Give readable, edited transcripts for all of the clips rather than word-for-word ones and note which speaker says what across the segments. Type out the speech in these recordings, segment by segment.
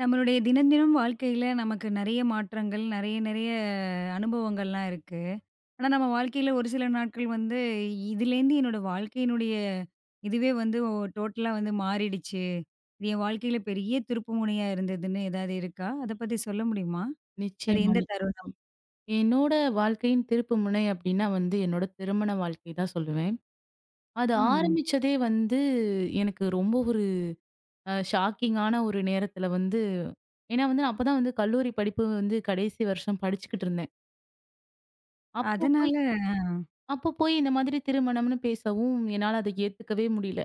Speaker 1: நம்மளுடைய தினம் தினம் வாழ்க்கையில நமக்கு நிறைய மாற்றங்கள், நிறைய நிறைய அனுபவங்கள்லாம் இருக்கு. ஆனா, நம்ம வாழ்க்கையில ஒரு சில நாட்கள் வந்து, "இதுலேருந்து என்னோட வாழ்க்கையினுடைய இதுவே வந்து டோட்டலா வந்து மாறிடுச்சு. இது என் வாழ்க்கையில பெரிய திருப்புமுனையா இருந்ததுன்னு" ஏதாவது இருக்கா? அத பத்தி சொல்ல முடியுமா? அது
Speaker 2: நிச்சயமா,
Speaker 1: எந்த
Speaker 2: நிச்சயமா.
Speaker 1: தருணம்?
Speaker 2: என்னோட வாழ்க்கையின் திருப்பு முனை அப்டின்னா வந்து, என்னோட திருமண வாழ்க்கை தான் சொல்லுவேன். அது
Speaker 1: ம்.
Speaker 2: ஆரம்பிச்சதே வந்து எனக்கு ரொம்ப ஒரு ஷாக்கிங்கான ஒரு நேரத்துல வந்து ஏன்னா வந்து நான் அப்பதான் வந்து கல்லூரி படிப்பு வந்து கடைசி வருஷம் படிச்சுக்கிட்டு இருந்தேன். அப்போ போய்
Speaker 1: அதனால ஆ.
Speaker 2: அப்போ போய் இந்த மாதிரி திருமணம்னு பேசவும் என்னால அத ஏத்துக்கவே முடியல.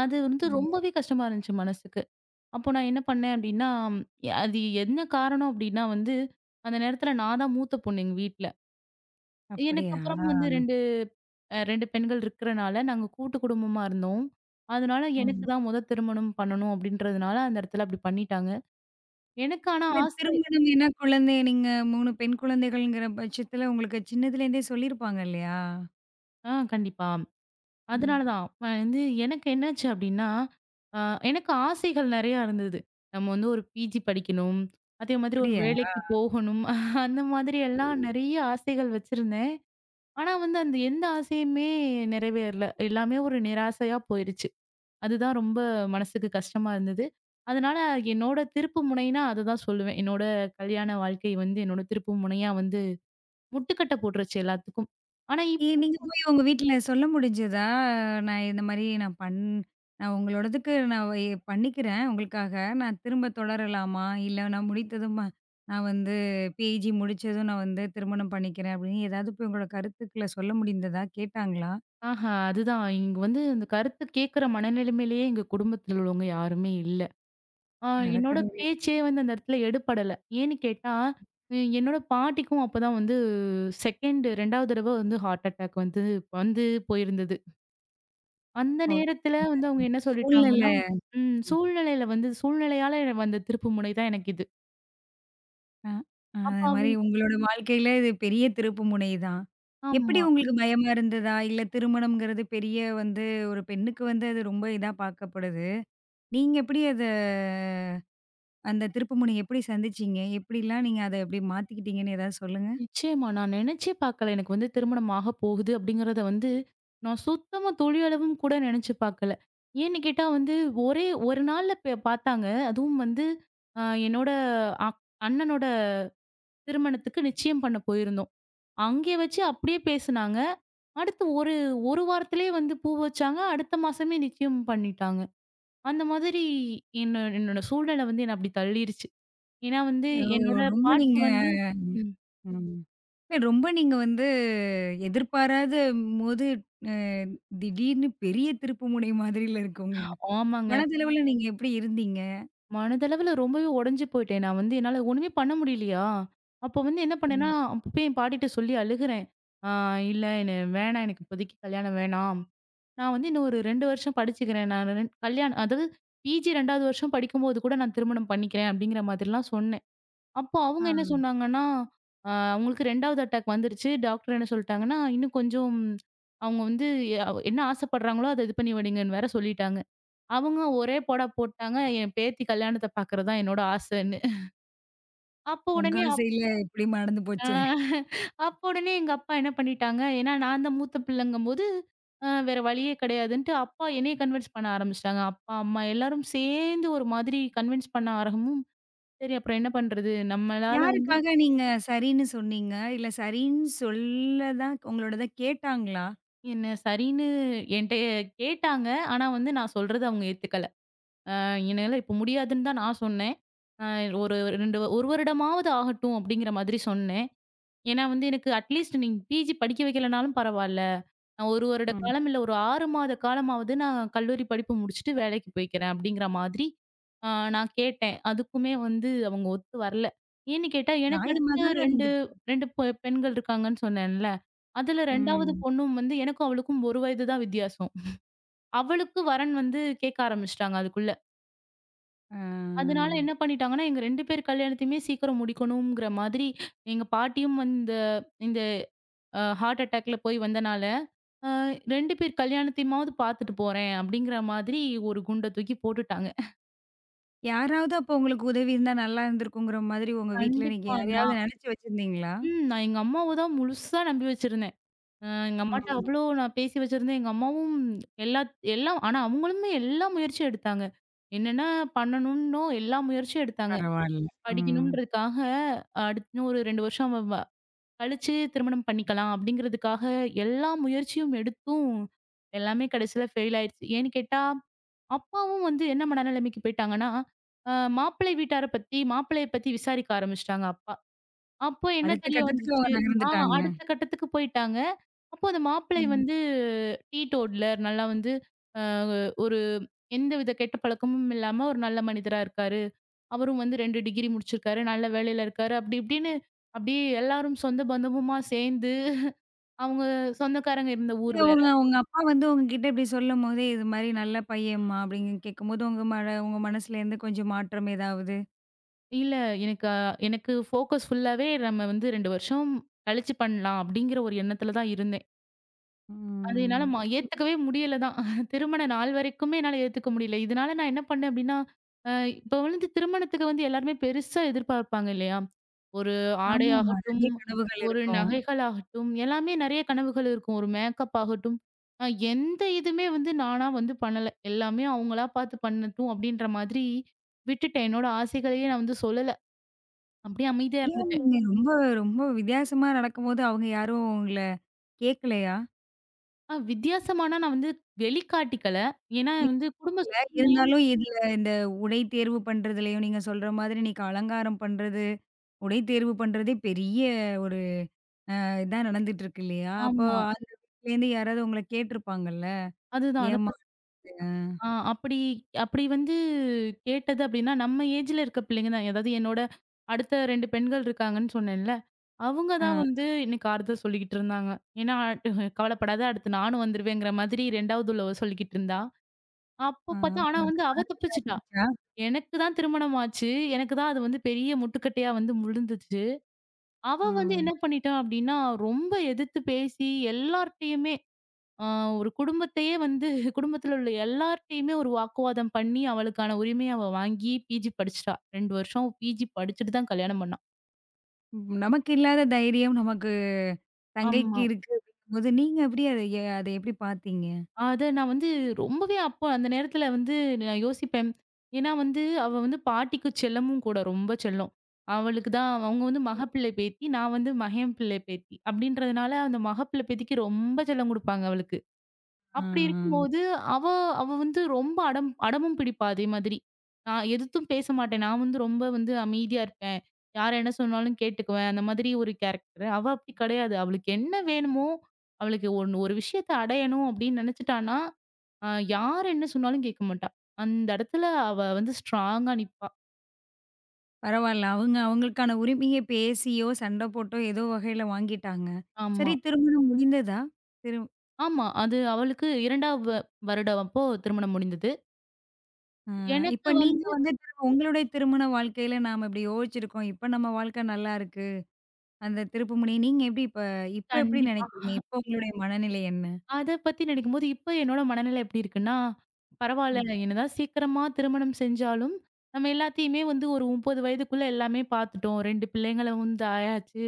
Speaker 2: அது வந்து
Speaker 1: ம்.
Speaker 2: ரொம்பவே கஷ்டமா இருந்துச்சு மனசுக்கு. அப்போ நான் என்ன பண்ணேன் அப்டின்னா, அது என்ன காரணம் அப்டின்னா வந்து, அந்த நேரத்துல நான் தான் மூத்த பொண்ணு எங்க வீட்ல. எனக்கு
Speaker 1: அப்படியா?
Speaker 2: அப்புறம் வந்து 2 பெண்கள் இருக்கிறனால, நாங்க கூட்டு குடும்பமா இருந்தோம். அதனால எனக்கு
Speaker 1: ம்.
Speaker 2: தான் முத திருமணம் பண்ணணும் அப்படின்றதுனால, அந்த இடத்துல அப்படி பண்ணிட்டாங்க. எனக்கு ஆனா
Speaker 1: இல்ல
Speaker 2: ஆசை.
Speaker 1: திருமணம் ஏன்னா குழந்தை நீங்க 3 பெண் குழந்தைகள்ங்கிற பட்சத்தில உங்களுக்கு சின்னதுலேருந்தே சொல்லியிருப்பாங்க இல்லையா?
Speaker 2: ஆ, கண்டிப்பா. அதனால
Speaker 1: ம்.
Speaker 2: தான் வந்து எனக்கு என்னாச்சு அப்படின்னா, அ எனக்கு ஆசைகள் நெறையா இருந்தது. நம்ம வந்து ஒரு பிஜி படிக்கணும். அதே மாதிரி ஒரு
Speaker 1: அப்படியா?
Speaker 2: வேலைக்கு போகணும். அந்த மாதிரி எல்லாம் நெறைய ஆசைகள் வச்சிருந்தேன். ஆனா வந்து அந்த எந்த ஆசையுமே நிறைவேறல. எல்லாமே ஒரு நிராசையா போயிருச்சு. அதுதான் ரொம்ப மனசுக்கு கஷ்டமா இருந்தது. அதனால என்னோட திருப்பு முனைன்னா அததான் சொல்லுவேன். என்னோட கல்யாண வாழ்க்கை வந்து என்னோட திருப்பு முனையா வந்து முட்டுக்கட்ட போட்டுருச்சு எல்லாத்துக்கும். ஆனா
Speaker 1: ஏ,
Speaker 2: இப்
Speaker 1: நீங்க போய் உங்க வீட்ல சொல்ல முடிஞ்சதா? நான் இந்த மாரி நான் பண் நான் பண்ணிக்கிறேன் உங்களுக்காக. நான் திரும்ப தொடரலாமா? இல்ல நான் முடித்ததும் அ நான் வந்து PG முடிச்சதும் நான் வந்து திருமணம் பண்ணிக்கிறேன் அப்படின்னு ஏதாவது போய் உங்களோட கருத்துக்கள சொல்ல முடிந்ததா? கேட்டாங்களா?
Speaker 2: ஆஹா, அதுதான். இங்க வந்து அந்த கருத்து கேட்கிற மனநிலைமையிலேயே எங்க குடும்பத்துல உள்ளவங்க யாருமே இல்ல. ஆ என்னோட
Speaker 1: அடக்கடவுளே!
Speaker 2: பேச்சே வந்து அந்த இடத்துல எடுபடல. ஏன்னு கேட்டா, என்னோட பாட்டிக்கும் அப்பதான் வந்து 2 2வது தடவ வந்து ஹார்ட் அட்டாக் வந்து வந்து போயிருந்தது. அந்த
Speaker 1: ஓ.
Speaker 2: நேரத்துல வந்து அவங்க என்ன
Speaker 1: சூழ்நில
Speaker 2: சொல்லிட்டாங்கன்னா, சூழ்நிலையில வந்து சூழ்நிலையால எனக்கு வந்த திருப்புமுனை தான் எனக்கு இது.
Speaker 1: அ அ
Speaker 2: அப்ப
Speaker 1: அது மாரி
Speaker 2: அவங்க
Speaker 1: உங்களோட வாழ்க்கையில இது பெரிய திருப்புமுனை தான். எப்படி
Speaker 2: ஆமா.
Speaker 1: உங்களுக்கு பயமா இருந்ததா? இல்ல திருமணம்ங்கிறது பெரிய வந்து ஒரு பெண்ணுக்கு வந்து அது ரொம்ப இதா பார்க்கப்படுது. நீங்க எப்படி அத அந்த திருப்புமுனை எப்படி சந்திச்சீங்க? எப்படிலாம் நீங்க அத எப்படி மாத்திக்கிட்டீங்கன்னு ஏதாவது சொல்லுங்க?
Speaker 2: நிச்சயமா. நான் நெனச்சே பார்க்கல. எனக்கு வந்து திருமணம் ஆகப் போகுது அப்படிங்கிறத வந்து நான் சுத்தமா துளியளவும் கூட நெனச்சு பார்க்கல. ஏன்னு கேட்டா வந்து ஒரே ஒரு நாள்ல பே பார்த்தாங்க. அதுவும் வந்து என்னோட அக் அண்ணனோட திருமணத்துக்கு நிச்சயம் பண்ண போயிருந்தோம். அங்கே வச்சு அப்படியே பேசுனாங்க. அடுத்து ஒரு ஒரு வாரத்திலேயே வந்து பூ வச்சாங்க. அடுத்த மாசமே நிச்சயம் பண்ணிட்டாங்க. அந்த மாதிரி என்ன என்னோட சூழ்நிலை வந்து என்ன அப்படி தள்ளிருச்சு. ஏன்னா வந்து
Speaker 1: ஓ!
Speaker 2: என்னோட
Speaker 1: ரொம்ப
Speaker 2: பாட்டி
Speaker 1: நீங்க
Speaker 2: வந்து ம்.
Speaker 1: ம். இல்ல ரொம்ப நீங்க வந்து எதிர்பாராத போது அ திடீர்னு பெரிய திருப்புமுனை மாதிரில இருக்கு உங்களுக்கு.
Speaker 2: ஆமாங்க.
Speaker 1: மனதளவுல நீங்க எப்படி இருந்தீங்க?
Speaker 2: மனதளவுல ரொம்பவே உடைஞ்சு போயிட்டேன். நான் வந்து என்னால ஒண்ணுமே பண்ண முடியலையா? அப்போ வந்து என்ன பண்ணேன்னா,
Speaker 1: ம்.
Speaker 2: அப்ப போய் என் பாட்டிட்ட சொல்லி அழுகுறேன். "ஆ இல்ல என்ன வேணாம் எனக்கு இப்போதைக்கு கல்யாணம் வேணாம். நான் வந்து இன்னும் ஒரு 2 வருஷம் படிச்சுக்கிறேன். நான் ரெண் கல்யாணம் அதாவது பிஜி 2வது வருஷம் படிக்கும்போது கூட நான் திருமணம் பண்ணிக்கிறேன்." அப்படிங்கிற மாதிரிலாம் சொன்னேன். அப்போ
Speaker 1: ஆ,
Speaker 2: அவங்க என்ன சொன்னாங்கன்னா, அவங்களுக்கு 2வது அட்டாக் வந்துருச்சு. டாக்டர் என்ன சொல்ட்டாங்கன்னா, "இன்னும் கொஞ்சம் அவங்க வந்து என்ன ஆசைப்படுறாங்களோ அத இது பண்ணி வைங்கன்னு" வேற சொல்லிட்டாங்க. அவங்க ஒரே போடா போட்டாங்க, என் பேத்தி கல்யாணத்த பார்க்கறது தான் என்னோட ஆசைன்னு. அப்போ
Speaker 1: உங்க
Speaker 2: உடனே அப்
Speaker 1: ஆசையில இப்படி நடந்து போச்சே.
Speaker 2: அ அப்போ உடனே எங்க அப்பா என்ன பண்ணிட்டாங்க, ஏன்னா நான் தான் மூத்த பிள்ளைங்கும்போது, வேற வழியே கிடையாதுன்ட்டு அப்பா என்னைய கன்வின்ஸ் பண்ண ஆரம்பிச்சுட்டாங்க. அப்பா, அம்மா எல்லாரும் சேர்ந்து ஒரு மாதிரி கன்வின்ஸ் பண்ண ஆரம்பமும், சரி அப்புறம் என்ன பண்றது? நம்மளால வந்து
Speaker 1: யாருக்காக நீங்க சரின்னு சொன்னீங்க? இல்ல சரின்னு சொல்ல தான் உங்களோடத கேட்டாங்களா?
Speaker 2: என்ன சரின்னு என்ட்ட கேட்டாங்க. ஆனா வந்து நான் சொல்றத அவங்க ஏத்துக்கல. என்னால இப்ப முடியாதுன்னு தான் நான் சொன்னேன். அ ஒரு 2 1 வருடமாவது ஆகட்டும் அப்படிங்கிற மாதிரி சொன்னேன். ஏன்னா வந்து எனக்கு அட்லீஸ்ட் நீங்க பிஜி படிக்க வைக்கலனாலும் பரவால்ல. நான் ஒரு வருட
Speaker 1: ம்.
Speaker 2: காலம் இல்ல ஒரு 6 மாத காலமாவது நான் கல்லூரி படிப்பு முடிச்சுட்டு வேலைக்கு போய்க்கிறேன் அப்படிங்கிற மாதிரி அ நான் கேட்டேன். அதுக்குமே வந்து அவங்க ஒத்து வரல. ஏன்னு கேட்டா எனக்கு
Speaker 1: நியாயமா
Speaker 2: அடுத்து
Speaker 1: தானே
Speaker 2: 2
Speaker 1: இருந்துச்சு.
Speaker 2: 2 பெ பெண்கள் இருக்காங்கன்னு சொன்னேன்ல. அதுல 2வது
Speaker 1: ம்.
Speaker 2: பொண்ணும் வந்து எனக்கும் அவளுக்கும் 1 வயது தான் வித்தியாசம். அவளுக்கு வரன் வந்து கேட்க ஆரம்பிச்சுட்டாங்க அதுக்குள்ள.
Speaker 1: ஆ.
Speaker 2: அதனால என்ன பண்ணிட்டாங்கன்னா, எங்க 2 பேர் கல்யாணத்தையுமே சீக்கிரம் முடிக்கணுங்கிற மாதிரி எங்க பாட்டியும் இந்த இந்த ஹார்ட் அட்டாக்ல போய் வந்தனால அ 2 பேர் கல்யாணத்தையுமாவது பார்த்துட்டு போறேன் அப்படிங்கிற மாதிரி ஒரு குண்ட தூக்கி போட்டுட்டாங்க.
Speaker 1: யாராவது அப்போ உங்களுக்கு உதவி இருந்தா நல்லா இருந்திருக்குங்கிற மாதிரி உங்க வீட்ல நீங்க
Speaker 2: கண்டிப்பா நான்
Speaker 1: யாரையாவது நினைச்சு வச்சிருந்தீங்களா?
Speaker 2: நான் எங்க அம்மாவ தான் முழுசா நம்பி வச்சிருந்தேன். எங்க அம்மாட்ட
Speaker 1: ம்.
Speaker 2: அவ்வளோ நான் பேசி வச்சிருந்தேன். எங்க அம்மாவும் எல்லா எல்லாம் ஆனா அவங்களுமே எல்லா முயற்சியும் எடுத்தாங்க. என்னென்ன பண்ணணும்ன்னும் எல்லா முயற்சியும் எடுத்தாங்க.
Speaker 1: பரவால்ல. ம்.
Speaker 2: படிக்கணும்ன்றதுக்காக அடுத்து இன்னும் ஒரு 2 வருஷம் அவ வ கழிச்சு திருமணம் பண்ணிக்கலாம் அப்படிங்கிறதுக்காக எல்லா முயற்சியும் எடுத்தும் எல்லாமே கடைசியில ஃபெயில் ஆயிருச்சு. ஏன்னு கேட்டா அப்பாவும் வந்து என்ன மனநிலைமைக்கு போயிட்டாங்கன்னா, அ மாப்பிள்ளை வீட்டார பத்தி, மாப்பிள்ளைய பத்தி விசாரிக்க ஆரம்பிச்சுட்டாங்க அப்பா. அப்போ என்ன
Speaker 1: அடுத்த
Speaker 2: தெரிய
Speaker 1: கட்டத்துக்கு அவங்க
Speaker 2: வந்துச்சு ஆ
Speaker 1: நகர்ந்துட்டாங்க.
Speaker 2: அடுத்த கட்டத்துக்கு போயிட்டாங்க. அப்போ அந்த மாப்பிள்ளை
Speaker 1: ம்.
Speaker 2: வந்து டீடோட்லர் நல்லா வந்து அ ஒரு எந்தவித கெட்ட பழக்கமும் இல்லாம ஒரு நல்ல மனிதரா இருக்காரு. அவரும் வந்து 2 டிகிரி முடிச்சிருக்காரு. நல்ல வேலையில இருக்காரு. அப்டி இப்டின்னு அப்டியே எல்லாரும் சொந்த பந்தமுமா சேந்து அவங்க சொந்தக்காரங்க இருந்த ஊர்
Speaker 1: இது
Speaker 2: வேற.
Speaker 1: உங்க உங்க அப்பா வந்து உங்ககிட்ட இப்படி சொல்லும்போதே, "இது மாரி நல்ல பையன்ம்மா" அப்படின்னு கேட்கும்போது, உங்க மனசுலேருந்து கொஞ்சம் மாற்றம் ஏதாவது?
Speaker 2: இல்ல. எனக்கு எனக்கு ஃபோக்கஸ் ஃபுல்லாவே நம்ம வந்து 2 வருஷம் கழிச்சு பண்ணலாம் அப்படிங்கிற ஒரு எண்ணத்துல தான் இருந்தேன். அது என்னால
Speaker 1: ம்.
Speaker 2: ஏத்துக்கவே முடியல தான். திருமண நாள் வரைக்குமே என்னால ஏத்துக்க முடியல. இதனால நான் என்ன பண்ணேன் அப்படின்னா, அ இப்ப வந்து திருமணத்துக்கு வந்து எல்லாருமே பெருசா எதிர்பார்ப்பாங்க இல்லையா? ஒரு ஆடை
Speaker 1: ஆமாமா.
Speaker 2: ஆகட்டும்,
Speaker 1: நெறைய கனவுகள்
Speaker 2: ஒரு
Speaker 1: இருக்கும்.
Speaker 2: நகைகள் ஆகட்டும், எல்லாமே நெறைய கனவுகள் இருக்கும். ஒரு மேக்கப் ஆகட்டும். அ எந்த இதுமே வந்து நானா வந்து பண்ணல. எல்லாமே அவங்களா பார்த்து பண்ணட்டும் அப்படின்ற மாதிரி விட்டுட்டேன். என்னோட ஆசைகளையே நான் வந்து சொல்லல. அப்படியே அமைதியா
Speaker 1: ஏன்
Speaker 2: இருந்துட்டேன்.
Speaker 1: நீங்க ரொம்ப ரொம்ப வித்தியாசமா நடக்கும்போது, அவங்க யாரும் உங்கள கேட்கலையா?
Speaker 2: வித்தியாசமானா நான் வந்து வெளிக்காட்டிக்கல. ஏன்னா வந்து குடும்ப
Speaker 1: இல்ல.
Speaker 2: சூழ்நிலையும்
Speaker 1: இருந்தாலும் இதுல இந்த உடை தேர்வு பண்றதுலயும் நீங்க சொல்ற மாதிரி இன்னைக்கு அலங்காரம் பண்றது, உடை தேர்வு பண்றதே பெரிய ஒரு இதா நடந்துட்டு இருக்கு இல்லையா? அப்போ
Speaker 2: ஆமா.
Speaker 1: அந்த வீட்லேருந்து யாராவது உங்கள கேட்டுருப்பாங்கல்ல.
Speaker 2: அதுதான். அத
Speaker 1: ஏம்மா
Speaker 2: பத்
Speaker 1: அது?
Speaker 2: ஆ அப்படி அப்படி வந்து கேட்டது அப்படின்னா, நம்ம ஏஜ்ல இருக்க பிள்ளைங்க தான். அதாவது என்னோட அடுத்த 2 பெண்கள் இருக்காங்கன்னு சொன்னேன்ல. அவங்க தான்
Speaker 1: ஆ,
Speaker 2: வந்து எனக்கு ஆறுதல் சொல்லிக்கிட்டு இருந்தாங்க. ஏன்னா கவலைப்படாத அடுத்து நானும் வந்துருவேங்கிற மாதிரி 2வது உள்ளவ சொல்லிக்கிட்டு இருந்தா. அப்போ
Speaker 1: ஆ,
Speaker 2: பார்த்தா ஆனா
Speaker 1: உங்களுக்கு
Speaker 2: வந்து அவ தப்பிச்சுட்டா.
Speaker 1: நடந்துச்சா?
Speaker 2: எனக்கு தான் திருமணம் ஆச்சு. எனக்கு தான் அது வந்து பெரிய முட்டுக்கட்டையா வந்து விழுந்துச்சு. அவ
Speaker 1: ஆ.
Speaker 2: வந்து என்ன பண்ணிட்டா அப்படின்னா, ரொம்ப எதிர்த்து பேசி எல்லார்ட்டயுமே அ ஒரு குடும்பத்தையே வந்து குடும்பத்துல உள்ள எல்லார்ட்டயுமே ஒரு வாக்குவாதம் பண்ணி, அவளுக்கான உரிமைய அவ வாங்கி பிஜி படிச்சுட்டா. 2 வருஷம் பிஜி படிச்சுட்டு தான் கல்யாணம் பண்ணா.
Speaker 1: ம், நமக்கு இல்லாத தைரியம் நமக்கு தங்கைக்கு
Speaker 2: ஆமா.
Speaker 1: இருக்கு அப்படிங்கும்போது, நீங்க எப்படி அத எப்படி பார்த்தீங்க?
Speaker 2: அத நான் வந்து ரொம்பவே அப்போ அந்த நேரத்துல வந்து நான் யோசிப்பேன். ஏன்னா வந்து அவ வந்து பாட்டிக்கு செல்லமும் கூட, ரொம்ப செல்லம். அவளுக்கு தான் அவங்க வந்து மகப்பிள்ளை பேத்தி, நான் வந்து மகன் பிள்ளை பேத்தி. அப்படின்றதுனால அந்த மகப்பிள்ளை பேத்திக்கு ரொம்ப செல்லம் குடுப்பாங்க அவளுக்கு.
Speaker 1: ஆ, ஆ.
Speaker 2: அப்படி இருக்கும்போது, அவ அவ வந்து ரொம்ப அடம் அடமும் பிடிப்பா அதே மாதிரி. நான் எதுத்தும் பேச மாட்டேன். நான் வந்து ரொம்ப வந்து அமைதியா இருப்பேன். யார் என்ன சொன்னாலும் கேட்டுக்குவேன். அந்த மாதிரி ஒரு கேரக்டர். அவ அப்படி கிடையாது. அவளுக்கு என்ன வேணுமோ, அவளுக்கு ஒண்ணு ஒரு விஷயத்த அடையணும் அப்படின்னு நினைச்சுட்டான்னா, அ யார் என்ன சொன்னாலும் கேட்க மாட்டா. அந்த இடத்துல அவ வந்து ஸ்ட்ராங்கா நிப்பா.
Speaker 1: பரவால்ல. அவங்க அவங்களுக்கான உரிமைய பேசியோ, சண்ட போட்டோ ஏதோ வகையில வாங்கிட்டாங்க. சரி,
Speaker 2: ஆமா.
Speaker 1: திருமணம் முடிந்ததா? திரு
Speaker 2: ஆமா. அது அவளுக்கு 2வது வருடம் அப்போ திருமணம் முடிந்தது.
Speaker 1: இப்ப
Speaker 2: எனக்கு
Speaker 1: நீங்க
Speaker 2: வந்து
Speaker 1: வந்து திரும்ப உங்களுடைய திருமண வாழ்க்கையில நாம இப்படி யோசிச்சிருக்கோம். இப்ப நம்ம வாழ்க்கை நல்லா இருக்கு. அந்த திருப்புமுனை நீங்க எப்படி இப்ப இப்ப எப்படி
Speaker 2: கண்டிப்பா.
Speaker 1: நினைக்கிறீங்க? இப்ப உங்களுடைய மனநிலை என்ன?
Speaker 2: அத பத்தி நினைக்கும்போது, இப்ப என்னோட மனநிலை எப்படி இருக்குன்னா,
Speaker 1: ம்.
Speaker 2: பரவால்ல என்னதான் சீக்கிரமா திருமணம் செஞ்சாலும், நம்ம எல்லாத்தையுமே வந்து ஒரு 30 வயதுக்குள்ள எல்லாமே பார்த்துட்டோம். 2 பிள்ளைங்கள வந்து ஆயாச்சு.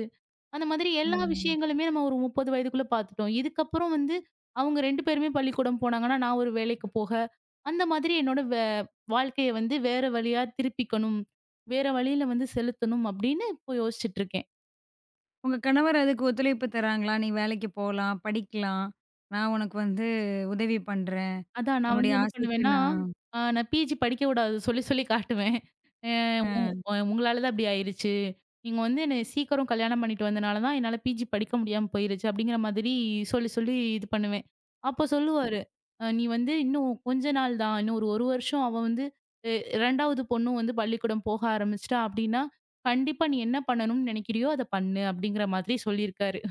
Speaker 2: அந்த மாதிரி எல்லா ஆமா.
Speaker 1: ம்.
Speaker 2: விஷயங்களுமே நம்ம ஒரு 30 வயதுக்குள்ள பார்த்துட்டோம். இதுக்கப்புறம் வந்து அவங்க 2 பேருமே பள்ளிக்கூடம் போனாங்கன்னா, நான் ஒரு வேலைக்கு போக, அந்த மாதிரி என்னோட வாழ்க்கைய வந்து வேற வழியா திருப்பிக்கணும். வேற வழியில வந்து செலுத்தணும் அப்படின்னு இப்போ யோசிச்சுட்டு இருக்கேன்.
Speaker 1: உங்க கணவர் அதுக்கு ஒத்துழைப்பு தராங்களா? நீ வேலைக்கு போலாம், படிக்கலாம். நான் உனக்கு வந்து உதவி பண்றேன்.
Speaker 2: அதான் நான்
Speaker 1: உன்னுடைய
Speaker 2: வந்து என்ன
Speaker 1: ஆசைக்கு
Speaker 2: பண்ணுவேன்னா,
Speaker 1: நான்
Speaker 2: நான் பிஜி படிக்க விடாது சொல்லி சொல்லி காட்டுவேன். அ உ
Speaker 1: அ
Speaker 2: உங்களால தான் இப்படி ஆயிருச்சு. நீங்க வந்து என்ன சீக்கிரம் கல்யாணம் பண்ணிட்டு வந்தனால தான் என்னால பிஜி படிக்க முடியாம போயிருச்சு. அப்படிங்கிற மாதிரி சொல்லி சொல்லி இது பண்ணுவேன். அப்போ சொல்லுவாரு, "நீ வந்து இன்னும் கொஞ்ச நாள் தான். இன்னும் ஒரு 1 வருஷம் அவ வந்து எ 2வது பொண்ணும் வந்து பள்ளிக்கூடம் போக ஆரம்பிச்சுட்டா அப்படின்னா, கண்டிப்பா நீ என்ன பண்ணணும்னு நினைக்கிறியோ அத பண்ணு." அப்படிங்கிற மாதிரி சொல்லியிருக்காரு.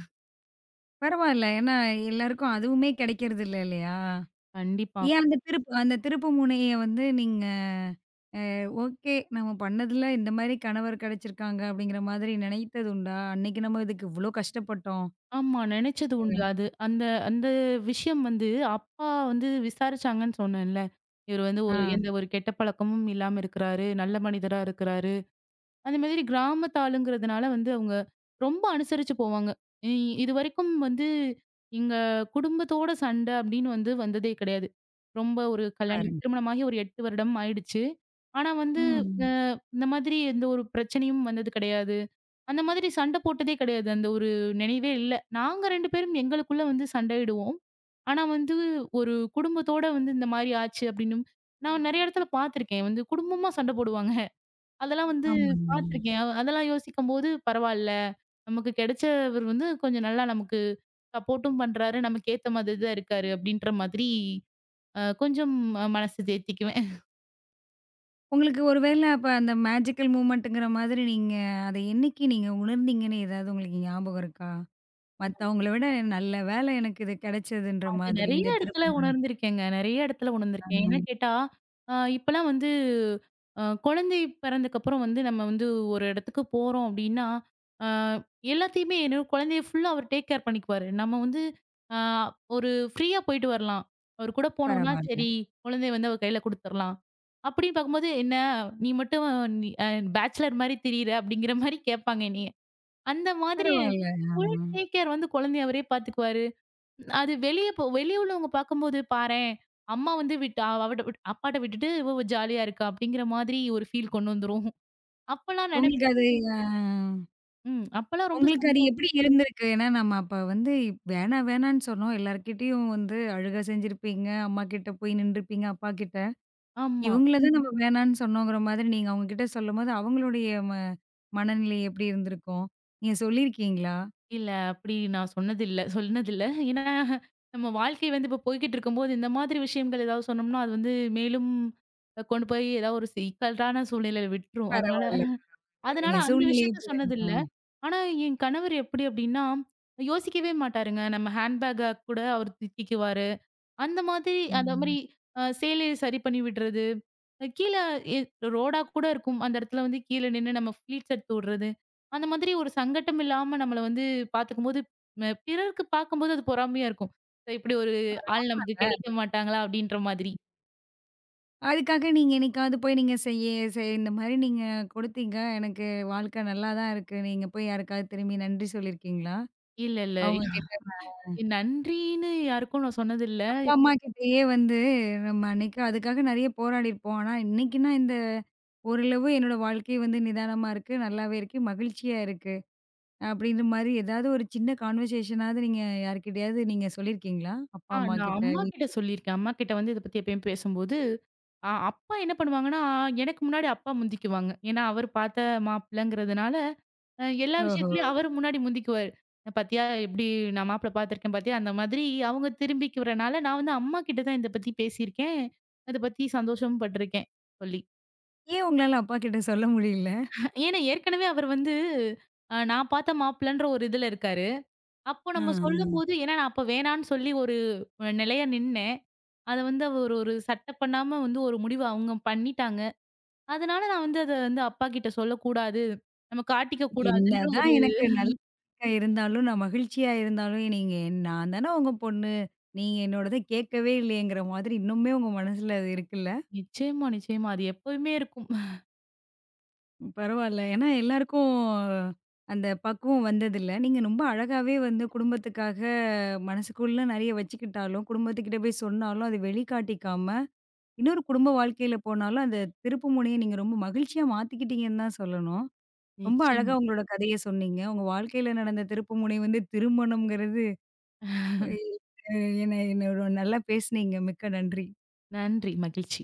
Speaker 1: பரவாயில்ல. ஏன்னா எல்லாருக்கும் அதுவுமே கிடைக்கிறது இல்ல இல்லையா?
Speaker 2: கண்டிப்பா.
Speaker 1: ஏன் அந்த திருப்பு முனைய வந்து நீங்க ஓகே. நம்ம பண்ணதுல இந்த மாரி கணவர் கிடைச்சிருக்காங்க அப்படிங்கிற மாதிரி நினைத்தது உண்டா? அன்னைக்கு நம்ம இதுக்கு இவ்ளோ கஷ்டப்பட்டோம்.
Speaker 2: ஆமா. நெனச்சது உண்டு. அது அந்த அந்த விஷயம் வந்து அப்பா வந்து விசாரிச்சாங்கன்னு சொன்னேன்ல. இவரு வந்து
Speaker 1: ஆ.
Speaker 2: ஒரு எந்த ஒரு கெட்ட பழக்கமும் இல்லாம இருக்கிறாரு. நல்ல மனிதரா இருக்கிறாரு. அந்த மாதிரி கிராமத்து ஆளுங்கிறதுனால வந்து அவங்க ரொம்ப அனுசரிச்சு போவாங்க. இ இதுவரைக்கும் வந்து எங்க குடும்பத்தோட சண்ட அப்படின்னு வந்து வந்ததே கிடையாது. ரொம்ப ஒரு கல்யாணம்
Speaker 1: பாருங்க.
Speaker 2: திருமணமாகி ஒரு 8 வருடம் ஆயிடுச்சு. ஆனா வந்து
Speaker 1: ம்.
Speaker 2: அ இந்த மாதிரி எந்த ஒரு பிரச்சனையும் வந்தது கிடையாது. அந்த மாதிரி சண்டை போட்டதே கிடையாது. அந்த ஒரு நினைவே இல்ல. நாங்க 2 பேரும் எங்களுக்குள்ள வந்து சண்டையிடுவோம். ஆனா வந்து ஒரு குடும்பத்தோட வந்து இந்த மாரி ஆச்சு அப்டின்னும் நான் நெறைய இடத்துல பார்த்துருக்கேன். வந்து குடும்பமா சண்டை போடுவாங்க. அதெல்லாம் வந்து
Speaker 1: ஆமாமா.
Speaker 2: பார்த்துருக்கேன். அதெல்லாம் யோசிக்கும்போது பரவால்ல. நமக்கு கிடைச்சவர் வந்து கொஞ்சம் நல்லா நமக்கு சப்போர்ட்டும் பண்றாரு. நமக்கு ஏத்த மாதிரி தான் இருக்காரு அப்டின்ற மாதிரி கொஞ்சம் மனசு தேத்திக்குவேன்.
Speaker 1: உங்களுக்கு ஒரு வேள அப்ப அந்த மேஜிக்கல் மூமெண்ட்டுங்கிற மாதிரி நீங்க அத என்னைக்கு நீங்க உணர்ந்தீங்கன்னு ஏதாவது உங்களுக்கு ஞாபகம் இருக்கா? மத்தவங்கள விட நல்ல வேள எனக்கு இது கிடைச்சதுன்ற
Speaker 2: அது
Speaker 1: மாதிரி
Speaker 2: நெறைய
Speaker 1: இந்த திருப்பு
Speaker 2: இடத்துல
Speaker 1: முனை.
Speaker 2: உணர்ந்திருக்கேங்க. நெறைய இடத்துல உணர்ந்திருக்கேன்.
Speaker 1: ஆமா.
Speaker 2: ஏன்னு கேட்டா, இப்பலாம் வந்து குழந்தை பிறந்தக்கப்புறம் வந்து நம்ம வந்து ஒரு இடத்துக்கு போறோம் அப்படின்னா, அ எல்லாத்தையுமே என்னோட குழந்தைய ஃபுல்லா அவர் டேக் கேர் பண்ணிக்குவாரு. நம்ம வந்து அ ஒரு ஃப்ரீயா போயிட்டு வரலாம். அவர் கூட போனோம்னா,
Speaker 1: பரவால்ல.
Speaker 2: சரி குழந்தைய வந்து அவ கையில குடுத்துரலாம். அப்படின்னு பார்க்கும்போது, "என்ன நீ மட்டும் நீ அ பேச்சுலர் மாரி திரியிற" அப்படிங்கிற மாரி கேட்பாங்க என்னைய. அந்த மாதிரி
Speaker 1: பரவால்ல.
Speaker 2: ஃபுல்
Speaker 1: ஆமா.
Speaker 2: டேக் கேர் வந்து குழந்தைய அவரே பார்த்துக்குவாரு. அது வெளிய உள்ளவங்க பார்க்கும்போது பாரேன், அம்மா வந்து விட்டு அவ- அவட்ட விட் அப்பாட்ட விட்டுட்டு இவ ஜாலியா இருக்கா அப்படிங்கிற மாதிரி ஒரு ஃபீல் கொண்டு வந்துரும். அப்பலாம்
Speaker 1: உங்களுக்கு
Speaker 2: நெனைப்பேன்.
Speaker 1: அது அ.
Speaker 2: ம். அப்பலாம் ரொம்ப
Speaker 1: உங்களுக்கு அது
Speaker 2: சந்தோ
Speaker 1: எப்படி இருந்திருக்கு? ஏன்னா நம்ம அப்ப வந்து வேணா வேணான்னு சொன்னோம். எல்லார்கிட்டயும் வந்து அழுக செஞ்சிருப்பீங்க. அம்மாகிட்ட போய் நின்றுப்பீங்க, அப்பாகிட்ட.
Speaker 2: ஆமா.
Speaker 1: இவங்கள தான் நம்ம வேணான்னு சொன்னோங்கிற மாதிரி நீங்க அவங்க கிட்ட சொல்லும்போது, அவங்களுடைய மனநிலை எப்படி இருந்திருக்கும்? நீங்க சொல்லியிருக்கீங்களா?
Speaker 2: இல்ல அப்படி நான் சொன்னதில்ல, சொன்னதில்ல. ஏன்னா நம்ம வாழ்க்கை வந்து இப்ப போய்க்கிட்டு இருக்கும்போது இந்த மாதிரி விஷயங்கள் ஏதாவது சொன்னோம்னா, அது வந்து மேலும் கொண்டு போய் ஏதாவது ஒரு சிக்கலான சூழ்நிலையில விட்டுரும். அதனால
Speaker 1: பரவால்ல.
Speaker 2: அதனால
Speaker 1: நீங்க
Speaker 2: அந்த
Speaker 1: சூழ்நிலைய
Speaker 2: விஷயத்த
Speaker 1: புரிஞ்சு
Speaker 2: சொன்னதில்ல. ஆனா என் கணவர் எப்படி அப்படின்னா, யோசிக்கவே மாட்டாருங்க. நம்ம ஹேண்ட் பேக்க கூட அவர் தூக்கிக்குவாரு. அந்த மாதிரி அந்த மாரி
Speaker 1: ம்.
Speaker 2: சேலைய சரி பண்ணி விடுறது. அ கீழ எ ரோடா கூட இருக்கும். அந்த இடத்துல வந்து கீழ நின்னு நம்ம ஃப்ளீட்ஸ் எடுத்து விடுறது. அந்த மாதிரி ஒரு சங்கட்டம் இல்லாம நம்மள வந்து பார்த்துக்கும்போது, பிறருக்கு பார்க்கும்போது அது பொறாமையா இருக்கும். "சே, இப்படி ஒரு ஆள் நமக்கு கிடைக்க மாட்டாங்களா? அப்படின்ற மாதிரி.
Speaker 1: அதுக்காக நீங்க என்னைக்காவது போய் நீங்க செய்ய செய் இந்த மாரி நீங்க குடுத்தீங்க. எனக்கு வாழ்க்கை நல்லா தான் இருக்கு. நீங்க போய் யாருக்காவது திரும்பி நன்றி சொல்லியிருக்கீங்களா?
Speaker 2: இல்ல, இல்ல.
Speaker 1: அவங்க கிட்ட
Speaker 2: நன்றின்னு யாருக்கும் நான் சொன்னதில்ல.
Speaker 1: அப்பா, அம்மா கிட்டயே வந்து நம்ம அன்னைக்கு அதுக்காக நெறைய போராடியிருப்போம். ஆனா, இன்னைக்குன்னா இந்த ஓரளவு என்னோட வாழ்க்கை வந்து நிதானமா இருக்கு. நல்லாவே இருக்கு. மகிழ்ச்சியா இருக்கு. அப்படின்ற மாரி ஏதாவது ஒரு சின்ன கான்வர்சேஷனாவது நீங்க யார்கிட்டயாவது நீங்க சொல்லியிருக்கீங்களா? அப்பா,
Speaker 2: ஆ,
Speaker 1: அம்மா
Speaker 2: நான்
Speaker 1: கிட்ட
Speaker 2: அம்மாகிட்ட சொல்லியிருக்கேன். அம்மாகிட்ட வந்து இத பத்தி எப்பயும் பேசும்போது, அப்பா என்ன பண்ணுவாங்கன்னா, எனக்கு முன்னாடி அப்பா முந்திக்குவாங்க. ஏன்னா, அவரு பார்த்த மாப்பிள்ளங்கிறதுனால, எல்லா
Speaker 1: ஓஹோ!
Speaker 2: விஷயத்துலயும் அவரு முன்னாடி முந்திக்குவாரு. "பார்த்தியா எப்படி நான் மாப்பிள பார்த்துருக்கேன் பார்த்தியா?" அந்த மாதிரி அவங்க திரும்பிக்கிறனால, நான் வந்து அம்மாகிட்ட தான் இத பத்தி பேசியிருக்கேன். அத பத்தி சந்தோஷமும் பட்டுருக்கேன் சொல்லி.
Speaker 1: ஏன் உங்களால அப்பா கிட்ட சொல்ல முடியல?
Speaker 2: ஏன்னா ஏற்கனவே அவர் வந்து, நான் பார்த்த மாப்பிள்ளன்ற ஒரு இதுல இருக்காரு. அப்போ
Speaker 1: ஆ,
Speaker 2: நம்ம
Speaker 1: ஆ.
Speaker 2: சொல்லும்போது ஏன்னா நான் அப்ப வேணான்னு சொல்லி ஒரு நிலையா நின்னேன். அத வந்து அவ ஒரு ஒரு சட்ட பண்ணாம வந்து ஒரு முடிவு அவங்க பண்ணிட்டாங்க. அதனால நான் வந்து அத வந்து அப்பாகிட்ட சொல்லக்கூடாது. நம்ம காட்டிக்க கூடாதுன்ற
Speaker 1: என்னதான்
Speaker 2: ஒரு
Speaker 1: எனக்கு நல்ல பழக்கம் இருந்தாலும், நான் மகிழ்ச்சியா இருந்தாலும், நீங்க நான் தானே உங்க பொண்ணு. நீங்க என்னோடத கேட்கவே இல்லையேங்கிற மாதிரி இன்னுமே உங்க மனசுல அது இருக்குல்ல?
Speaker 2: நிச்சயமா, நிச்சயமா. அது எப்பவுமே இருக்கும்.
Speaker 1: பரவால்ல. ஏன்னா எல்லாருக்கும் அந்த பக்குவம் வந்ததில்ல. நீங்க ரொம்ப அழகாவே வந்து குடும்பத்துக்காக மனசுக்குள்ள நெறைய வச்சுக்கிட்டாலும், குடும்பத்துக்கிட்ட போய் சொன்னாலும், அத வெளிக்காட்டிக்காம, இன்னொரு குடும்ப வாழ்க்கையில போனாலும், அந்த திருப்பு முனைய நீங்க ரொம்ப மகிழ்ச்சியா மாத்திக்கிட்டீங்கன்னு தான் சொல்லணும். ரொம்ப
Speaker 2: நிச்சயம்.
Speaker 1: அழகா உங்களோட கதைய சொன்னீங்க. உங்க வாழ்க்கையில நடந்த திருப்பு முனை வந்து திருமணம்ங்கிறது, எ என்ன என்ன ஒரு நல்லா பேசுனீங்க. மிக்க நன்றி.
Speaker 2: நன்றி. மகிழ்ச்சி.